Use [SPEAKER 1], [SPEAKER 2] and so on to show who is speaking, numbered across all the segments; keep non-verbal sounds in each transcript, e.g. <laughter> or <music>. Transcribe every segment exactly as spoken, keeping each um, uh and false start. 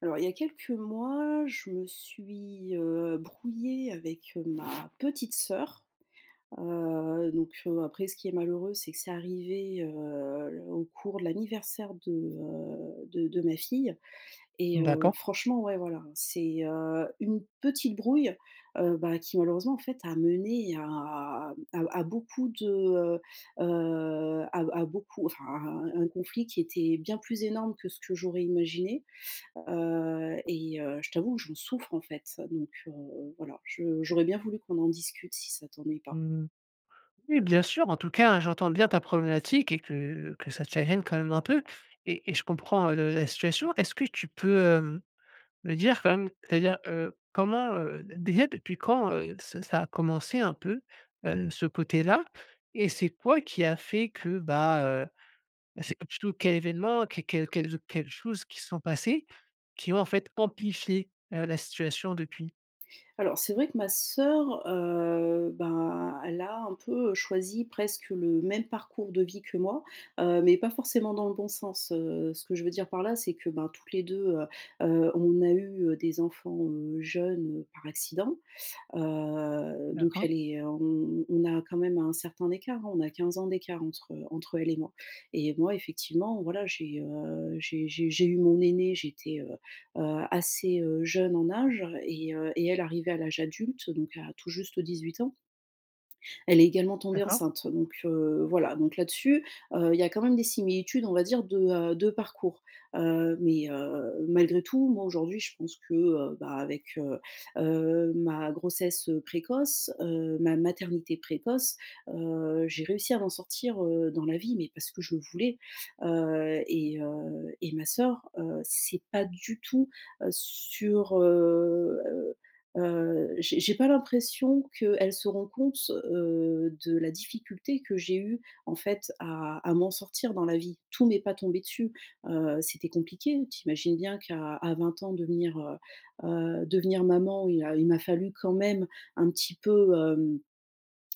[SPEAKER 1] Alors, il y a quelques mois, je me suis, heu, brouillée avec, heu, ma petite sœur. Heu, donc, heu, après ce qui est malheureux, c'est que c'est arrivé, heu, au cours de l'anniversaire de, heu, de de ma fille. Et heu,
[SPEAKER 2] D'accord.
[SPEAKER 1] franchement, ouais, voilà, c'est, heu, une petite brouille, heu, bah, qui malheureusement, en fait, a mené à à à beaucoup de, heu heu, à à beaucoup, enfin, à un conflit qui était bien plus énorme que ce que j'aurais imaginé. Heu et heu, je t'avoue que j'en souffre, en fait, donc heu, voilà, je
[SPEAKER 2] OK.
[SPEAKER 1] j'aurais bien voulu qu'on en discute si ça t'ennuie pas.
[SPEAKER 2] Mmh, oui, bien sûr, en tout cas, j'entends bien ta problématique et que que ça te gêne quand même un peu et et je comprends, heu, la situation. Est-ce que tu peux, hem, me dire quand même, c'est-à-dire, heu, comment, heu, déjà depuis quand, heu, ça ça a commencé un peu, heu, ce côté-là? Et c'est quoi qui a fait que, bah, Bah, c'est plutôt quel événement, que quelles quelles quelles choses qui se sont passées, qui ont en fait amplifié, heu, la situation depuis?
[SPEAKER 1] Alors c'est vrai que ma sœur, heu, ben, elle a un peu choisi presque le même parcours de vie que moi, heu, mais pas forcément dans le bon sens. Heu, ce que je veux dire par là, c'est que, ben, toutes les deux, heu heu, on a eu, heu, des enfants, heu, jeunes, heu, par accident. Heu, donc
[SPEAKER 2] D'accord,
[SPEAKER 1] elle est, euh, on on a quand même un certain écart, hein, on a quinze ans d'écart entre, entre elle et moi. Et moi effectivement, voilà, j'ai, heu, j'ai j'ai j'ai eu mon aîné. j'étais, heu heu, assez, heu, jeune en âge et heu et elle arrivait à l'âge adulte, donc à tout juste dix-huit ans elle est également tombée
[SPEAKER 2] d'accord,
[SPEAKER 1] enceinte. Donc heu, voilà, donc là-dessus, heu, il y a quand même des similitudes, on va dire, de, heu, de parcours. Heu, mais heu, malgré tout, moi, aujourd'hui, je pense que, heu, bah, avec, heu heu, ma grossesse précoce, heu, ma maternité précoce, heu, j'ai réussi à m'en sortir, heu, dans la vie, mais parce que je le voulais. Heu et heu et ma sœur, heu, c'est pas du tout, heu, sur, heu Heu, j'ai j'ai pas l'impression qu'elle se rend compte, heu, de la difficulté que j'ai eue, en fait, à à m'en sortir dans la vie. Tout m'est pas tombé dessus. Heu, c'était compliqué. T'imagines bien qu'à à vingt ans devenir, heu heu, devenir maman. Il a il m'a fallu quand même un petit peu, hem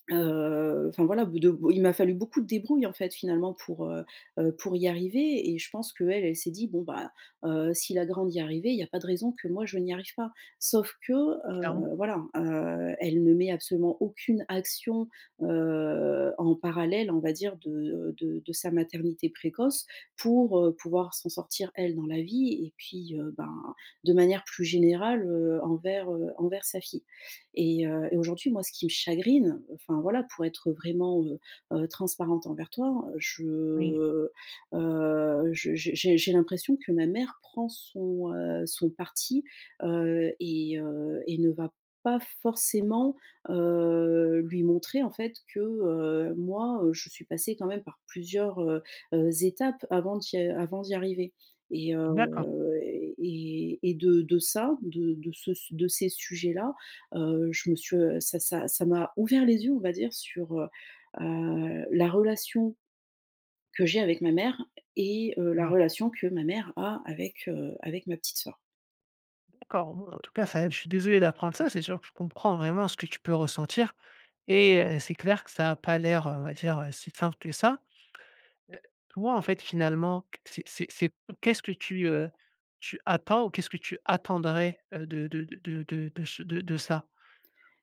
[SPEAKER 1] Heu, enfin voilà, de bon, il m'a fallu beaucoup de débrouille en fait finalement pour, heu heu, pour y arriver. Et je pense qu'elle, elle elle s'est dit: «Bon bah, heu, si la grande y arrivait il y a pas de raison que moi je n'y arrive pas». Sauf que,
[SPEAKER 2] oui, clairement.
[SPEAKER 1] heu, voilà, heu, elle ne met absolument aucune action, heu, en parallèle, on va dire de de de sa maternité précoce pour, heu, pouvoir s'en sortir elle dans la vie. Et puis, heu, ben, de manière plus générale, heu, envers, heu, envers sa fille. Et, heu, et aujourd'hui, moi, ce qui me chagrine, enfin voilà, pour être vraiment, heu heu, transparente envers toi, je,
[SPEAKER 2] Oui,
[SPEAKER 1] heu, je j'ai j'ai j'ai l'impression que ma mère prend son, heu, son parti, heu, et heu, et ne va pas forcément, heu, lui montrer en fait que, heu, moi, heu, je suis passée quand même par plusieurs, heu heu, étapes avant d'y avant d'y arriver. Et
[SPEAKER 2] d'accord,
[SPEAKER 1] heu, et et de de ça, de de ce de ces sujets-là. Heu, je me suis, heu, ça ça ça m'a ouvert les yeux, on va dire, sur, heu heu, la relation que j'ai avec ma mère et heu, la
[SPEAKER 2] d'accord,
[SPEAKER 1] relation que ma mère a avec, heu, avec ma petite sœur.
[SPEAKER 2] d'accord. En tout cas, ça je suis désolé d'apprendre ça, c'est sûr que je comprends vraiment ce que tu peux ressentir. Et heu, c'est clair que ça a pas l'air, heu, on va dire, heu, si simple que ça. Toi, en fait, finalement, c'est c'est c'est qu'est-ce que tu, heu, tu attends ou qu'est-ce que tu attendrais, heu, de de de de de ce de de ça?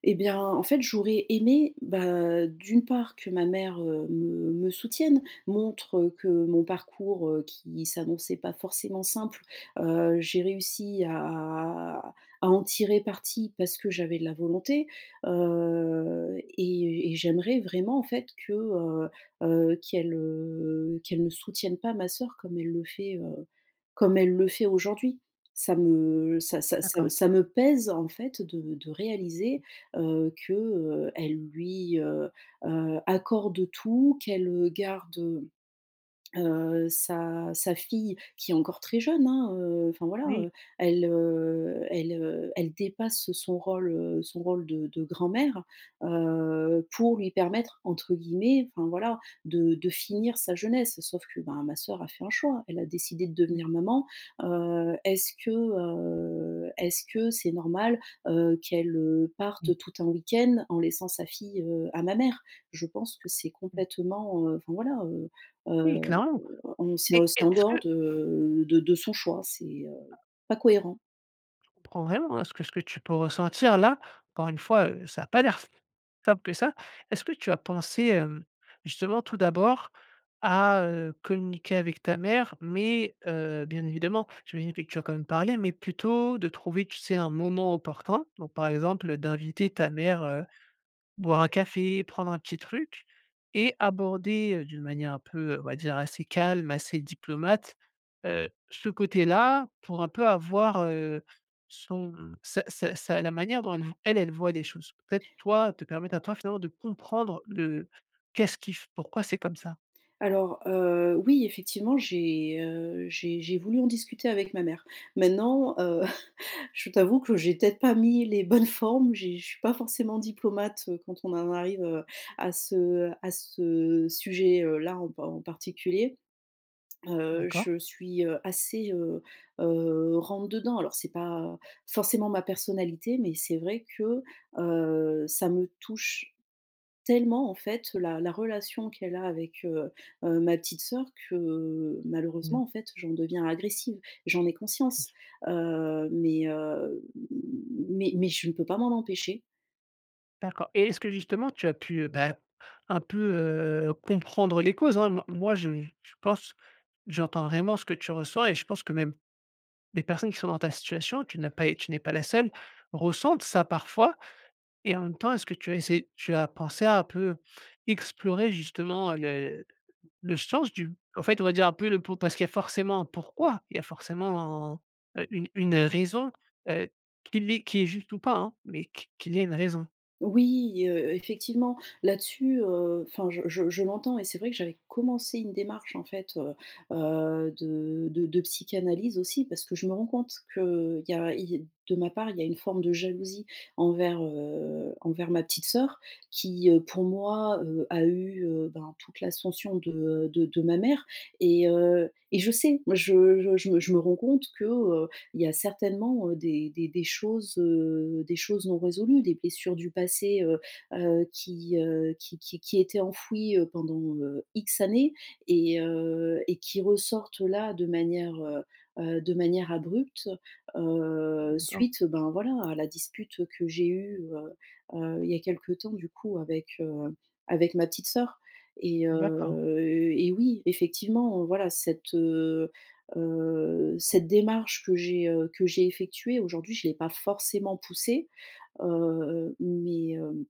[SPEAKER 1] Eh bien, en fait, j'aurais aimé, bah, d'une part, que ma mère, heu, me me soutienne, montre, heu, que mon parcours, heu, qui s'annonçait pas forcément simple, heu, j'ai réussi à à en tirer parti parce que j'avais de la volonté. Heu et et j'aimerais vraiment, en fait, que, heu heu, qu'elle, heu, qu'elle ne soutienne pas ma sœur comme elle le fait, heu, comme elle le fait aujourd'hui. Ça me ça ça ça
[SPEAKER 2] D'accord.
[SPEAKER 1] ça me pèse, en fait, de de réaliser heu, elle lui, heu heu, accorde tout, qu'elle, euh, garde, Heu, sa sa fille qui est encore très jeune, hein, heu, enfin voilà,
[SPEAKER 2] Oui,
[SPEAKER 1] heu, elle, heu, elle, heu, elle dépasse son rôle, heu, son rôle de de grand-mère, heu, pour lui permettre entre guillemets, enfin voilà, de de finir sa jeunesse. Sauf que, ben, ma sœur a fait un choix. Elle a décidé de
[SPEAKER 2] oui,
[SPEAKER 1] devenir maman. Heu, est-ce que, heu, est-ce que c'est normal, heu, qu'elle, heu,
[SPEAKER 2] oui.
[SPEAKER 1] parte tout un week-end en laissant sa fille, heu, à ma mère? Je pense que c'est complètement, heu, enfin voilà, heu,
[SPEAKER 2] Oui, clairement.
[SPEAKER 1] on c'est
[SPEAKER 2] Et
[SPEAKER 1] en c'est
[SPEAKER 2] et
[SPEAKER 1] en
[SPEAKER 2] est-ce que
[SPEAKER 1] dehors
[SPEAKER 2] je
[SPEAKER 1] de de de son choix, c'est, heu, pas cohérent.
[SPEAKER 2] comprends vraiment, hein, ce que ce que tu peux ressentir là, encore une fois, heu, ça a pas l'air simple que ça. Est-ce que tu as pensé, hem, justement tout d'abord à, heu, communiquer avec ta mère? Mais, heu, bien évidemment, j'imagine que tu as quand même parlé, mais plutôt de trouver, tu sais, un moment opportun. Donc par exemple, heu, d'inviter ta mère, heu boire un café, prendre un petit truc et aborder, heu, d'une manière un peu, on va dire assez calme, assez diplomate, heu, ce côté-là pour un peu avoir, heu, son sa sa sa la manière dont elle elle, elle voit les choses. Peut-être toi, te permettre à toi finalement de comprendre le qu'est-ce qui f pourquoi c'est comme ça?
[SPEAKER 1] Alors, heu, oui, effectivement, j'ai, heu, j'ai j'ai voulu en discuter avec ma mère. Maintenant, heu, <laughs> je t'avoue que j'ai peut-être pas mis les bonnes formes. J'ai Je suis pas forcément diplomate, heu, quand on en arrive, heu, à ce à ce sujet, euh, là en en particulier. Heu,
[SPEAKER 2] D'accord.
[SPEAKER 1] je suis, heu, assez, heu heu, rentre-dedans. Alors c'est pas forcément ma personnalité, mais c'est vrai que, heu, ça me touche Tellement en fait la la relation qu'elle a avec, heu heu, ma petite sœur que
[SPEAKER 2] Mmh.
[SPEAKER 1] malheureusement en fait j'en deviens agressive. J'en ai conscience, heu, mais, heu, mais mais je ne peux pas m'en empêcher.
[SPEAKER 2] D'accord et est-ce que justement tu as pu, heu, bah, un peu, heu, comprendre les causes, hein? Moi moi je je pense j'entends vraiment ce que tu ressens et je pense que même les personnes qui sont dans ta situation, tu n'as pas tu n'es pas la seule, ressentent ça parfois et en même temps, est-ce que tu as essayé tu as pensé à un peu explorer justement le le sens du en fait, on va dire un peu le pour parce qu'il y a forcément un pourquoi, il y a forcément un, heu, une une raison, heu, qu'il est qui est juste ou pas, hein, mais qui qu'il y a une raison,
[SPEAKER 1] Oui, heu, effectivement, là-dessus, heu, enfin, je je je l'entends. Et c'est vrai que j'avais commencé une démarche, en fait, heu heu, de de de psychanalyse aussi parce que je me rends compte que il y a il de ma part, il y a une forme de jalousie envers, heu, envers ma petite sœur qui, heu, pour moi, heu, a eu, heu, ben, toute l'ascension de, de de ma mère. Et heu et je sais, moi, je je je me je me rends compte que, il y a certainement, heu, des des des choses, heu, des choses non résolues, des blessures du passé, heu heu, qui, heu, qui qui qui étaient enfouies, heu, pendant, heu, X années. Et heu et qui ressortent là de manière, heu heu, de manière abrupte, heu,
[SPEAKER 2] d'accord?
[SPEAKER 1] suite, ben, voilà, à la dispute que j'ai eue, heu heu, il y a quelque temps du coup avec, heu, avec ma petite sœur. Et
[SPEAKER 2] D'accord,
[SPEAKER 1] heu et oui, effectivement, voilà, cette, heu Heu, cette démarche que j'ai, heu, que j'ai effectuée aujourd'hui, je l'ai pas forcément poussée, heu, mais, hem,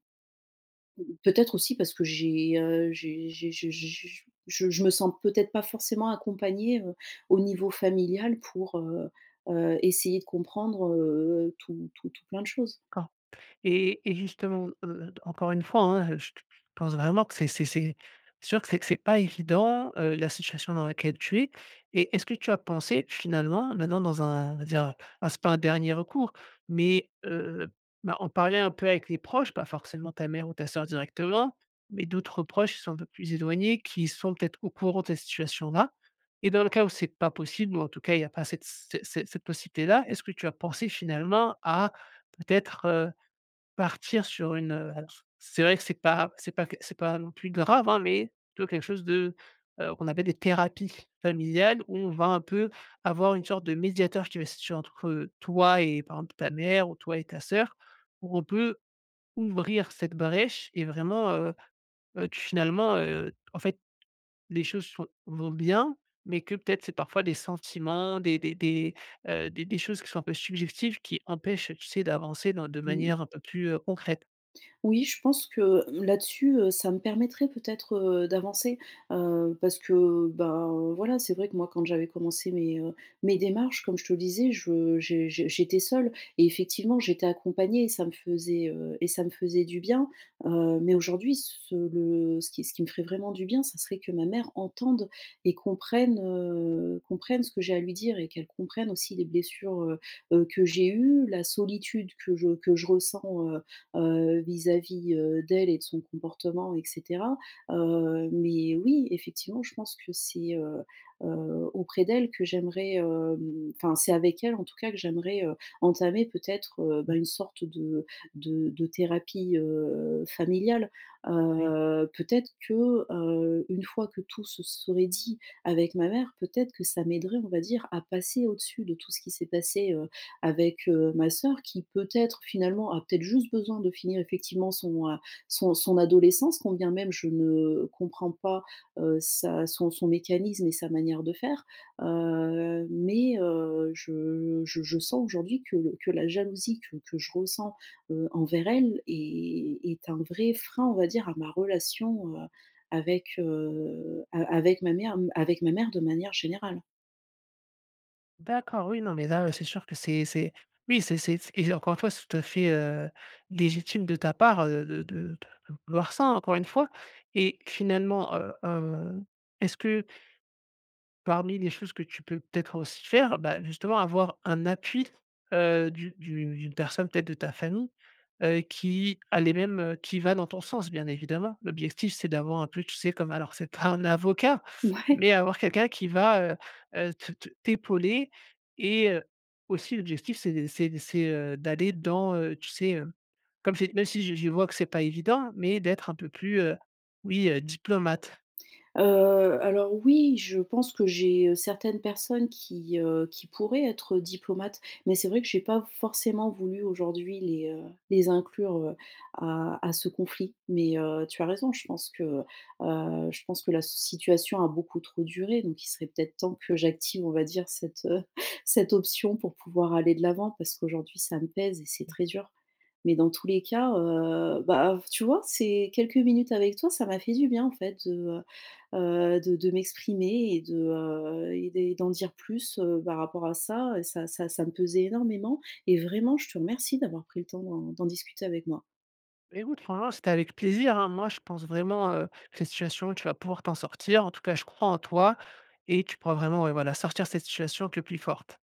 [SPEAKER 1] peut-être aussi parce que j'ai, heu, j'ai j'ai je je je je me sens peut-être pas forcément accompagnée, heu, au niveau familial pour, heu heu, essayer de comprendre, heu, tout tout tout plein de choses.
[SPEAKER 2] d'accord. Et et justement, heu, encore une fois, hein, je pense vraiment que c'est c'est c'est sûr que c'est c'est pas évident, heu, la situation dans laquelle tu es et est-ce que tu as pensé finalement maintenant dans un on va dire, ah, c'est pas un dernier recours, mais heu, bah, en parler un peu avec les proches, pas forcément ta mère ou ta sœur directement, mais d'autres proches qui sont un peu plus éloignés, qui sont peut-être au courant de cette situation-là et dans le cas où c'est pas possible ou en tout cas il y a pas cette cette cette cette possibilité-là, est-ce que tu as pensé finalement à peut-être, euh, partir sur une, heu, alors c'est vrai que c'est pas c'est pas que c'est pas non plus grave, hein, mais plutôt quelque chose de, heu, qu'on appelle des thérapies familiales où on va un peu avoir une sorte de médiateur qui va se situer entre, heu, toi et par exemple ta mère ou toi et ta sœur, où on peut ouvrir cette brèche et vraiment, heu heu, que finalement, heu, en fait les choses sont vont bien, mais que peut-être c'est parfois des sentiments, des des des, heu, des des choses qui sont un peu subjectives qui empêchent, tu sais, d'avancer dans de
[SPEAKER 1] Mmh.
[SPEAKER 2] manière un peu plus, heu, concrète.
[SPEAKER 1] Oui, je pense que là-dessus, heu, ça me permettrait peut-être, heu, d'avancer, heu, parce que, ben, voilà, c'est vrai que moi, quand j'avais commencé mes, heu, mes démarches, comme je te le disais, je j'ai j'ai j'étais seule et effectivement, j'étais accompagnée et ça me faisait, heu et ça me faisait du bien, heu, mais aujourd'hui, ce le ce qui ce qui me ferait vraiment du bien, ça serait que ma mère entende et comprenne, heu, comprenne ce que j'ai à lui dire et qu'elle comprenne aussi les blessures, heu heu, que j'ai eues, la solitude que je que je ressens, heu, vis-à-vis, heu, d'elle et de son comportement et cetera. Heu, mais oui, effectivement, je pense que c'est, heu heu, auprès d'elle que j'aimerais, hem, enfin, c'est avec elle, en tout cas, que j'aimerais, heu, entamer peut-être, heu, bah, une sorte de de de thérapie, heu, familiale.
[SPEAKER 2] Oui.
[SPEAKER 1] Heu, peut-être que, heu, une fois que tout se serait dit avec ma mère, peut-être que ça m'aiderait, on va dire, à passer au-dessus de tout ce qui s'est passé, euh, avec, heu, ma sœur qui peut-être finalement a peut-être juste besoin de finir effectivement son, heu, son son adolescence, combien même je ne comprends pas, heu, sa son son mécanisme et sa manière de faire, heu, mais heu, je je je sens aujourd'hui que le que la jalousie que que je ressens, heu, envers elle est est un vrai frein, on va dire, à ma relation, heu, avec, heu, a avec ma mère, avec ma mère de manière générale.
[SPEAKER 2] D'accord, oui, non, mais là, heu, c'est sûr que c'est c'est oui, c'est c'est et encore une fois, c'est tout à fait, heu, légitime de ta part, heu, de de de vouloir ça, encore une fois et finalement, heu, hem, est-ce que parmi les choses que tu peux peut-être aussi faire, bah, justement avoir un appui, heu, du du d'une personne peut-être de ta famille, heu, qui allait même, heu, qui va dans ton sens bien évidemment. L'objectif c'est d'avoir un peu tu sais comme alors c'est pas un avocat,
[SPEAKER 1] <laughs> Ouais.
[SPEAKER 2] mais avoir quelqu'un qui va, heu heu, te te t'épauler et heu, aussi l'objectif c'est c'est c'est, heu, d'aller dans, heu, tu sais, heu, comme c'est même si je je vois que c'est pas évident, mais d'être un peu plus, heu oui, heu, diplomate.
[SPEAKER 1] Heu, alors oui, je pense que j'ai, heu, certaines personnes qui, heu, qui pourraient être diplomates, mais c'est vrai que j'ai pas forcément voulu aujourd'hui les, heu, les inclure, heu, à à ce conflit. Mais, heu, tu as raison, je pense que, heu, je pense que la situation a beaucoup trop duré, donc il serait peut-être temps que j'active, on va dire, cette, heu, <laughs> cette option pour pouvoir aller de l'avant parce qu'aujourd'hui ça me pèse et c'est très dur. Mais dans tous les cas, heu, bah, tu vois, ces quelques minutes avec toi, ça m'a fait du bien en fait de, heu de de m'exprimer et de, heu et des d'en dire plus, heu, par rapport à ça. Et Ça ça ça me pesait énormément et vraiment je te remercie d'avoir pris le temps d'en d'en discuter avec moi.
[SPEAKER 2] Bah, écoute, franchement, c'était avec plaisir, hein. Moi, je pense vraiment, heu, que cette situation, tu vas pouvoir t'en sortir. En tout cas, je crois en toi et tu pourras vraiment, ouais, voilà, sortir cette situation que plus forte.